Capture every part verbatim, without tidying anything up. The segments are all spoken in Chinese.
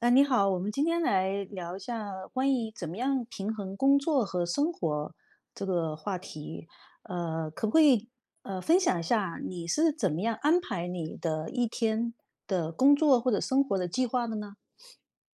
呃，你好，我们今天来聊一下关于怎么样平衡工作和生活这个话题。呃，可不可以呃分享一下你是怎么样安排你的一天的工作或者生活的计划的呢？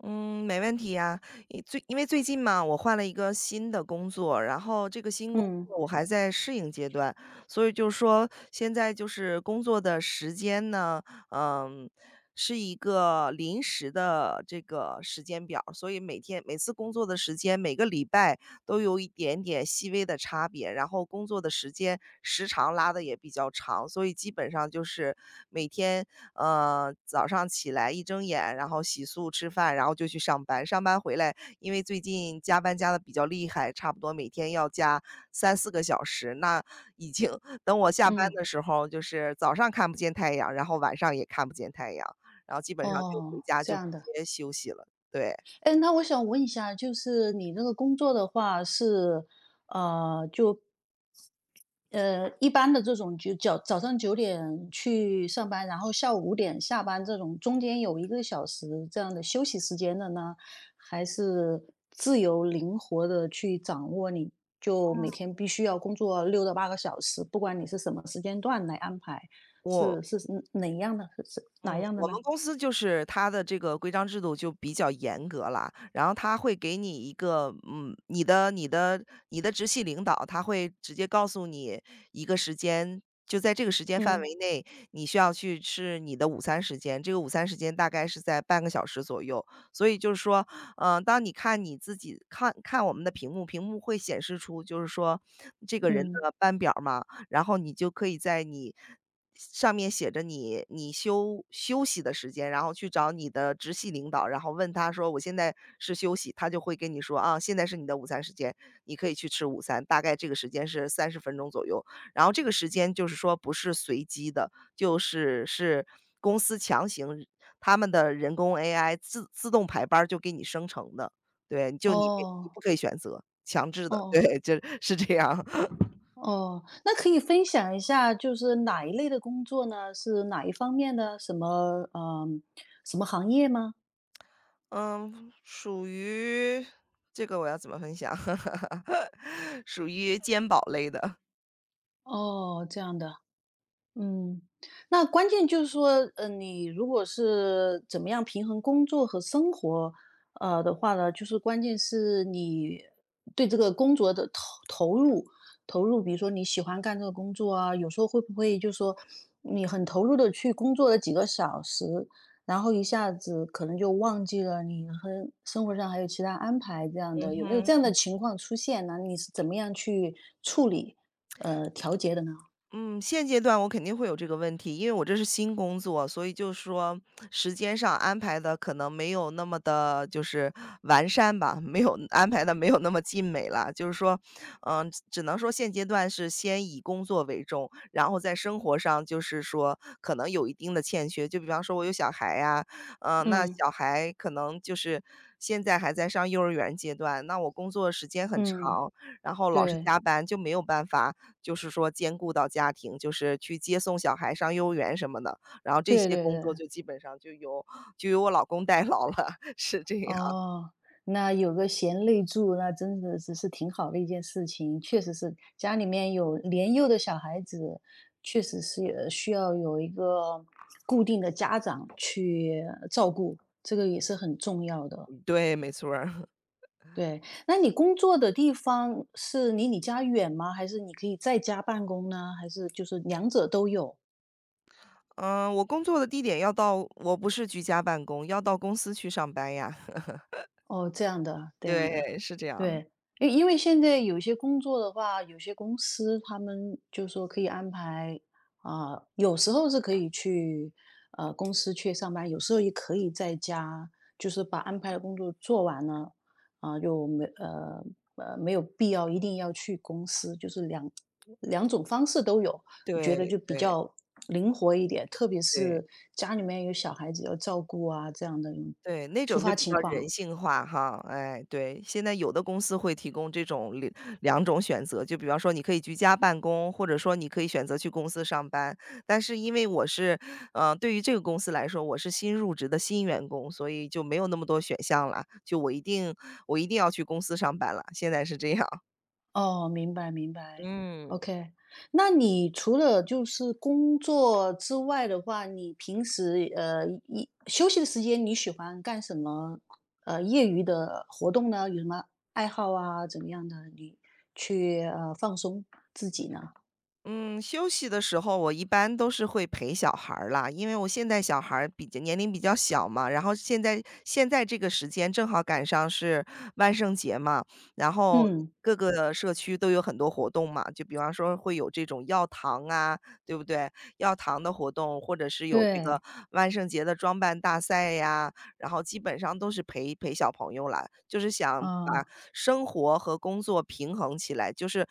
嗯，没问题呀。因最因为最近嘛，我换了一个新的工作，然后这个新工嗯作我还在适应阶段，所以就是说现在就是工作的时间呢，嗯，是一个临时的这个时间表儿，所以每天每次工作的时间，每个礼拜都有一点点细微的差别，然后工作的时间时长拉的也比较长，所以基本上就是每天，呃，早上起来一睁眼，然后洗漱吃饭，然后就去上班。上班回来，因为最近加班加的比较厉害，差不多每天要加三四个小时，那已经 等我下班嗯。的时候，就是早上看不见太阳，然后晚上也看不见太阳，然后基本上就回哦，家这就直样的。接休息了，对，哎，那我想问一下，就是你那个工作的话是呃就呃，一般的这种就早早上九点去上班，然后下午五点下班，这种中间有一个小时这样的休息时间的呢？还是自由灵活的去掌握你，就每天必须要工作六到八个小时，不管你是什么时间段来安排，我是是嗯哪样的，是是哪嗯，样的我们呢？公司就是它的这个规章制度就比较严格了，然后他会给你一个，嗯，你的你的你的直系领导，他会直接告诉你一个时间，就在这个时间范嗯围内，你需要去吃你的午餐时间，这个午餐时间大概是在半个小时左右。所以就是说，嗯，当你看你自己看看我们的屏幕，屏幕会显示出就是说这个人嗯。的班表嘛，然后你就可以在你上面写着你你休休息的时间，然后去找你的直系领导，然后问他说：“我现在是休息。”他就会跟你说：“啊，现在是你的午餐时间，你可以去吃午餐。”大概这个时间是三十分钟左右，然后这个时间就是说不是随机的，就是是公司强行他们的人工 A I 自自动排班儿就给你生成的，对，就你没你不哦可以选择，强制哦的，哦。对，就是这样。哦，那可以分享一下，就是哪一类的工作呢？是哪一方面的？什么，嗯，什么行业吗？嗯，属于这个我要怎么分享？属于肩膀类的，哦，这样的。嗯，那关键就是说，呃，你如果是怎么样平衡工作和生活，呃的话呢，就是关键是你对这个工作的投投入，投入，比如说你喜欢干这个工作啊，有时候会不会就说你很投入的去工作了几个小时，然后一下子可能就忘记了你和生活上还有其他安排这样嗯的，有没有哼。这样的情况出现呢？你是怎么样去处理，呃，调节的呢？嗯，现阶段我肯定会有这个问题，因为我这是新工作，所以就是说时间上安排的可能没有那么的，就是完善吧，没有安排的没有那么尽美了。就是说，嗯，只能说现阶段是先以工作为重，然后在生活上就是说可能有一定的欠缺。就比方说我有小孩呀，嗯，那嗯。小孩可能就是现在还在上幼儿园阶段，那我工作时间很嗯，长，然后老是对，加班，就没有办法。就是说兼顾到家庭，就是去接送小孩上幼儿园什么的，然后这对些对工作对。就基本上就由就由我老公代劳了，是这样。哦，那有个贤内助，那真的是是挺好的一件事情，确实是家里面有年幼的小孩子，确实是呃需要有一个固定的家长去照顾，这个也是很重要的。对，没错儿。对，那你工作的地方是离你家远吗？还是你可以在家办公呢？还是就是两者都有？嗯，我工作的地点要到，我不是居家办公，要到公司去上班呀。哦，这样的，这样的。对，是这样，对，因因为现在有些工作的话，有些公司他们就说可以安排，啊、有时候是可以去呃公司去上班，有时候也可以在家，就是把安排的工作做完了，啊、就没呃呃没有必要一定要去公司，就是两两种方式都有，我觉得对就比对较灵活一点，特别对。是家里面有小孩子要照顾啊这样的对，那突种就发比情较人况。性化哈，哎，对，现在有的公司会提供这种两两种选择，就比方说你可以居家办公，或者说你可以选择去公司上班。但是因为我是，呃，对于这个公司来说，我是新入职的新员工，所以就没有那么多选项了，就我一定我一定要去公司上班了，现在是这样。哦，明白明白嗯。，OK。那你除了就是工作之外的话，你平时呃一休息的时间你喜欢干什么？呃，业余的活动呢？有什么爱好啊？怎么样的？你去呃放松自己呢？嗯，休息的时候我一般都是会陪小孩儿啦，因为我现在小孩儿比较年龄比较小嘛，然后现在现在这个时间正好赶上是万圣节嘛，然后嗯，各个社区都有很多活动嘛，就比方说会有这种药堂啊，对不对？药堂的活动，或者是有这个对，万圣节的装扮大赛呀，然后基本上都是陪陪小朋友了，就是想把啊、生活和工作平衡起来。就是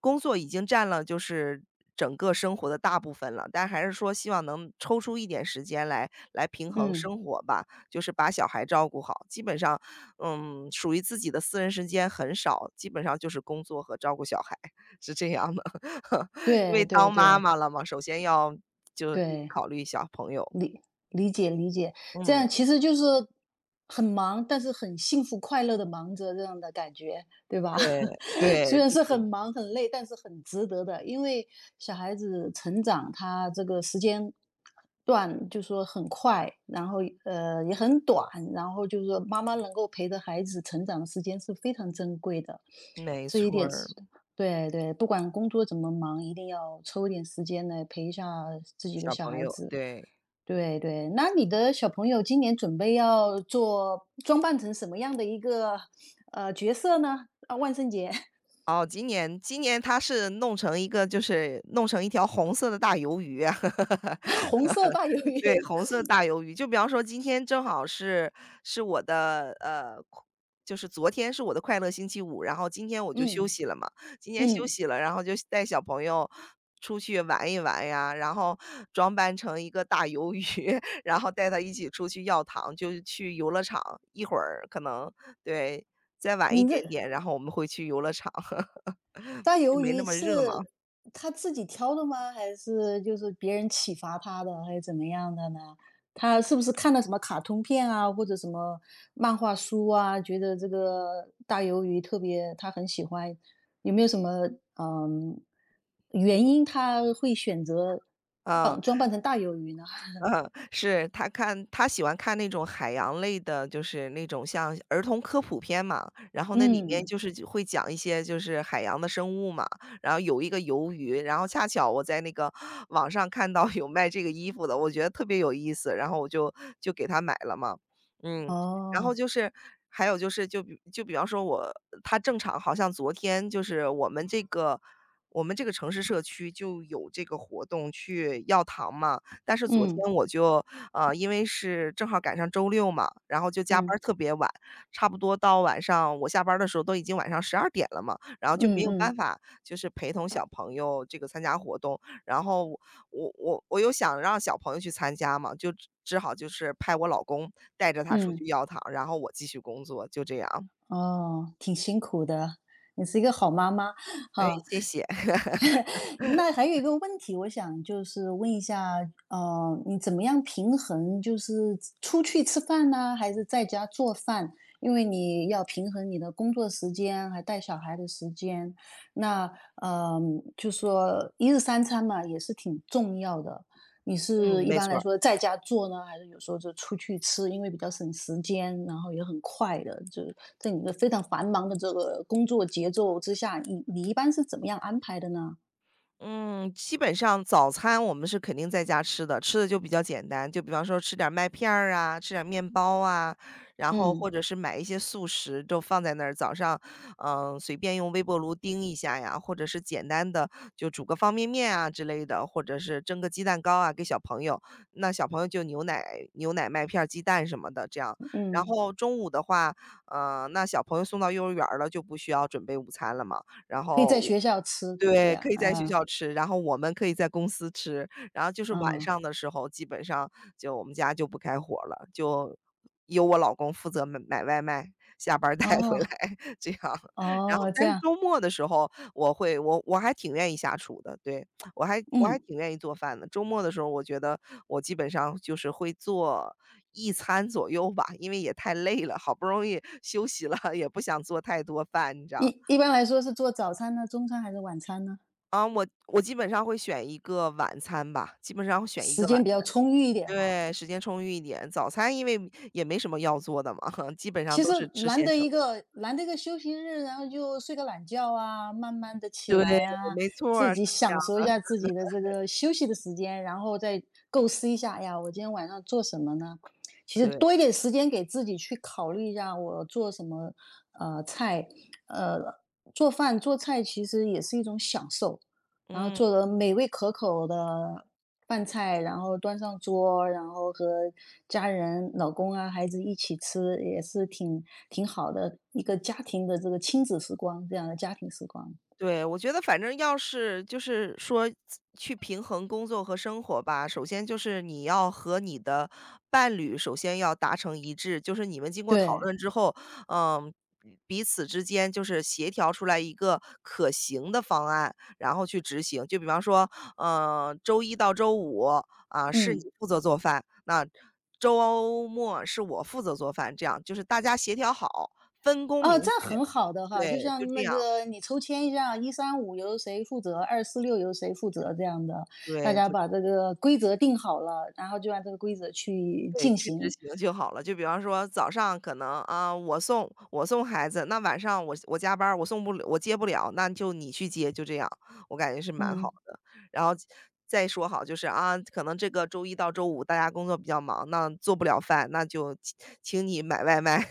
工作已经占了就是整个生活的大部分了，但还是说希望能抽出一点时间来来平衡嗯，生活吧，就是把小孩照顾好。基本上，嗯，属于自己的私人时间很少，基本上就是工作和照顾小孩 是这样的。因对为对当妈对妈了嘛，首先要就第一对，考虑小朋友。理理解理解，这嗯，样其实就是很忙，但是很幸福快乐的忙着这样的感觉，对吧？对，虽对，然就是很是忙很累，但是很值得的，因为小孩子成长，他这个时间段就说很快，然后呃也很短，然后就是说妈妈能够陪着孩子成长的时间是非常珍贵的，没这一错点是。儿，对对，不管工作怎么忙，一定要抽一点时间来陪一下自己的小小朋孩友，子。对。对对，那你的小朋友今年准备要做装扮成什么样的一个，呃，角色呢？啊，万圣节。 哦，今年今年它是弄成一个，就是弄成一条红色的大鱿鱼啊。红色大鱿对，鱼。红色大鱿鱼，就比方说今天正好是是我的，呃，快，就是昨天是我的快乐星期五，然后今天我就休嗯息了嘛。今天休嗯，息了，然后就带小朋友出去玩一玩呀，然后装扮成一个大鱿鱼，然后带他一起出去要糖，就是去游乐场，一会儿可能，对，再晚一你这点点，然后我们会去游乐场，大就鱿没那鱼么热嘛，是他自己挑的吗？还是就是别人启发他的，还是怎么样的呢？他是不是看了什么卡通片啊，或者什么漫画书啊，觉得这个大鱿鱼特别，他很喜欢？有没有什么嗯原因他会选择扮装嗯。扮成大鱿鱼呢？嗯，是，他看，他喜欢看那种海洋类的，就是那种像儿童科普片嘛，然后那里面嗯，就是就会讲一些就是海洋的生物嘛，然后有一个鱿鱼，然后恰巧我在那个网上看到有卖这个衣服的，我觉得特别有意思，然后我就就给他买了嘛。嗯，然后哦，就是还有就是就比就比方说我，他正常好像昨天就是我们这个我们这个城市社区就有这个活动去药堂嘛，但是昨嗯天我就，呃，因为是正好赶上周六嘛，然后就加班儿嗯特别晚，差不多到晚上我下班儿的时候都已经晚上十二点了嘛，然后就没嗯有办嗯法就是陪同小朋友这个参加活动。然后我我我我又想让小朋友去参加嘛，就只只好就是派我老公带着他出嗯。去要糖，然后我继续工作，就这样。哦，挺辛苦的，你是一个好妈妈哎，哈。谢谢。那还有一个问题，我想就是问一下，呃，你怎么样平衡，就是出去吃饭呢，还是在家做饭？因为你要平衡你的工作时间，还带小孩的时间，那呃，就说一日三餐嘛，也是挺重要的。你嗯，是一没般来错。说在家做呢，还是有时候就出去吃？因为比较省时间，然后也很快的，就在你的非常繁忙的这个工作节奏之下，你你一般是怎么样安排的呢？嗯，基本上早餐我们是肯定在家吃的，吃的就比较简单，就比方说吃点儿麦片儿啊，吃点儿面包啊，然后或嗯，者是买一些速食，就放在那儿，早上，嗯，随便用微波炉叮一下呀，或者是简单的就煮个方便面啊之类的，或者是蒸个鸡蛋糕啊给小朋友，那小朋友就牛奶、牛奶、麦片儿鸡蛋什么的这样。然嗯，后中午的话，嗯，那小朋友送到幼儿园儿了就不需要准备午餐了嘛，然可以在后学校吃，对对，可啊，以在学啊，校吃，然后我们可以在公司吃，然后就是晚嗯，上的时候，基本上就我们家就不开火了，就由我老公负责买买外卖，下班儿带回来 哦，这样。然后哦，这但是样，周末的时候，我会我我还挺愿意下厨的，对，我还我还嗯，挺愿意做饭的。周末的时候，我觉得我基本上就是会做一餐左右吧，因为也太累了，好不容易休息了，也不想做太多饭，你知道。一一般来说是做早餐呢？中餐还是晚餐呢？啊，我我基本上会选一个晚餐吧，基本上会选一个时晚，间比较充裕一点哈。对，时间充裕一点。早餐因为也没什么要做的嘛，基本上其都实是吃难现得成一的。个难得一个休息日，然后就睡个懒觉啊，慢慢的起对，来啊，没错自儿，是己这样，享受一下自己的这个休息的时间，然后再构思一下，哎呀，我今天晚上做什么呢？其实对，多一点时间给自己去考虑一下，我做什么，呃，菜，呃，做饭做菜其实也是一种享受，然后嗯。做的美味可口的，饭菜，然后端上桌，然后和家人、老公啊、孩子一起吃，也是挺挺好的一个家庭的这个亲子时光，这样的家庭时光。对，我觉得反正要是就是说去平衡工作和生活吧，首先就是你要和你的伴侣首先要达成一致，就是你们经过讨对，论之后，嗯，彼此之间就是协调出来一个可行的方案，然后去执行。就比方说，嗯，周一到周五啊，是你嗯，负责做饭，那周末是我负责做饭，这样就是大家协调好，分工啊，明这样确，很好的哈，就对，就像这那样，个你抽签一下，一三五由谁负责，二四六由谁负责这样的，大对，家就把这个规则定好了，然后就按这个规则去对，进去执行。行就好了。就比方说早上可能啊，我送我送孩子，那晚上我我加班儿我送不了，我接不了，那就你去接，就这样，我感觉是蛮好嗯。的。然后再说好就是啊，可能这个周一到周五大家工作比较忙，那做不了饭，那就请请你买外卖。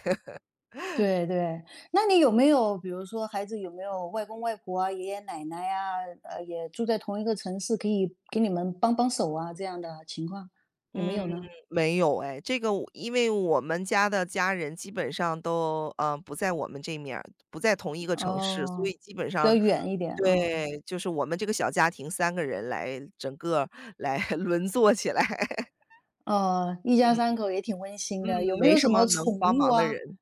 对对，那你有没有比如说孩子有没有外公外婆啊、爷爷奶奶呀，呃，也住在同一个城市，可以给你们帮帮手啊，这样的情况有没嗯，有呢？没有哎，这个我因为我们家的家人基本上都，嗯，不在我们这面儿，不在同一个城市，所哦，以基本比上较远一点啊。对，就是我们这个小家庭三个人来整个来 轮坐起来。哦，一家三口也挺温馨嗯，的。有没没有什什么么能宠帮物忙的啊？人。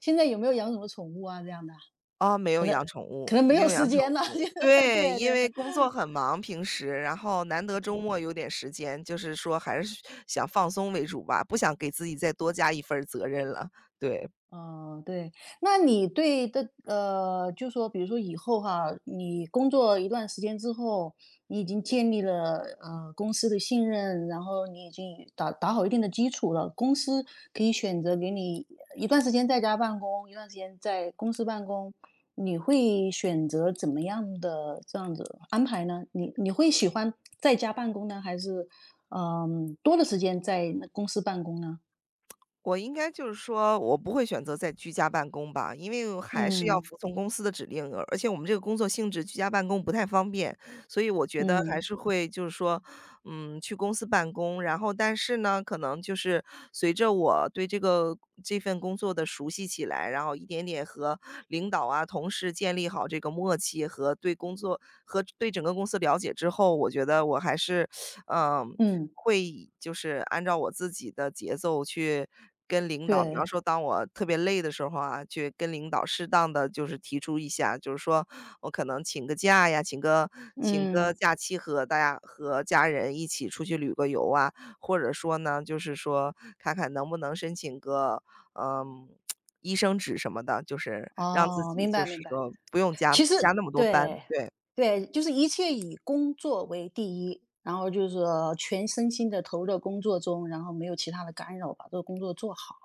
现在有没有养什么宠物啊？这样的，啊，没可有能养宠物，可能没没有有时养宠间了，物。现在，对，对因对。为工作很忙平时，然后难得周末有点时间，就是说还是想放松为主吧，不想给自己再多加一份儿责任了，对。哦，对，那你对的，呃，就说比如说以后哈，你工作一段时间之后，你已经建立了呃公司的信任，然后你已经打打好一定的基础了，公司可以选择给你一段时间在家办公，一段时间在公司办公，你会选择怎么样的这样子安排呢？你你会喜欢在家办公呢？还是嗯、多的时间在那公司办公呢？我应该就是说，我不会选择在居家办公吧，因为我还是要嗯服从公司的指令，而且我们这个工作性质居家办公不太方便，所以我觉得还嗯是会就是说，嗯，去公司办公。然后，但是呢，可能就是随着我对这个这份工作的熟悉起来，然后一点点和领导啊、同事建立好这个默契和对工作和对整个公司了解之后，我觉得我还是，嗯，嗯。会就是按照我自己的节奏去跟领导比方对，说当我特别累的时候啊，去跟领导适当的就是提出一下，就是说我可能请个假呀，请个请个嗯，假期和大家和家人一起出去旅个游啊，或者说呢，就是说看看能不能申请个，嗯，医生纸什么的，就是让自哦，己明就白是明白。说不用加其实加那么多班，对，对。对，就是一切以工作为第一，然后就是说全身心的投入到工作中，然后没有其他的干扰，把这个工作做好，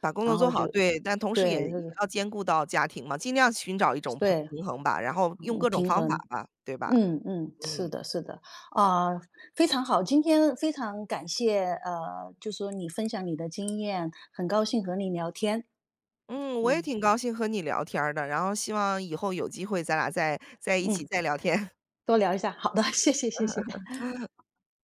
把工作然做后好，就对，但同时也对，这也个要兼顾到家庭嘛，尽量寻找一种平对，平衡吧，然后用嗯，各种平方法衡。吧，对吧？嗯嗯，是嗯。的，是的，啊，非常好，今天非常感谢，呃，就说你分享你的经验，很高兴和你聊天，嗯，我也嗯挺高兴和你聊天儿的，然后希望以后有机会咱俩再在一嗯，起再聊天。多聊一下，好的，谢谢谢谢。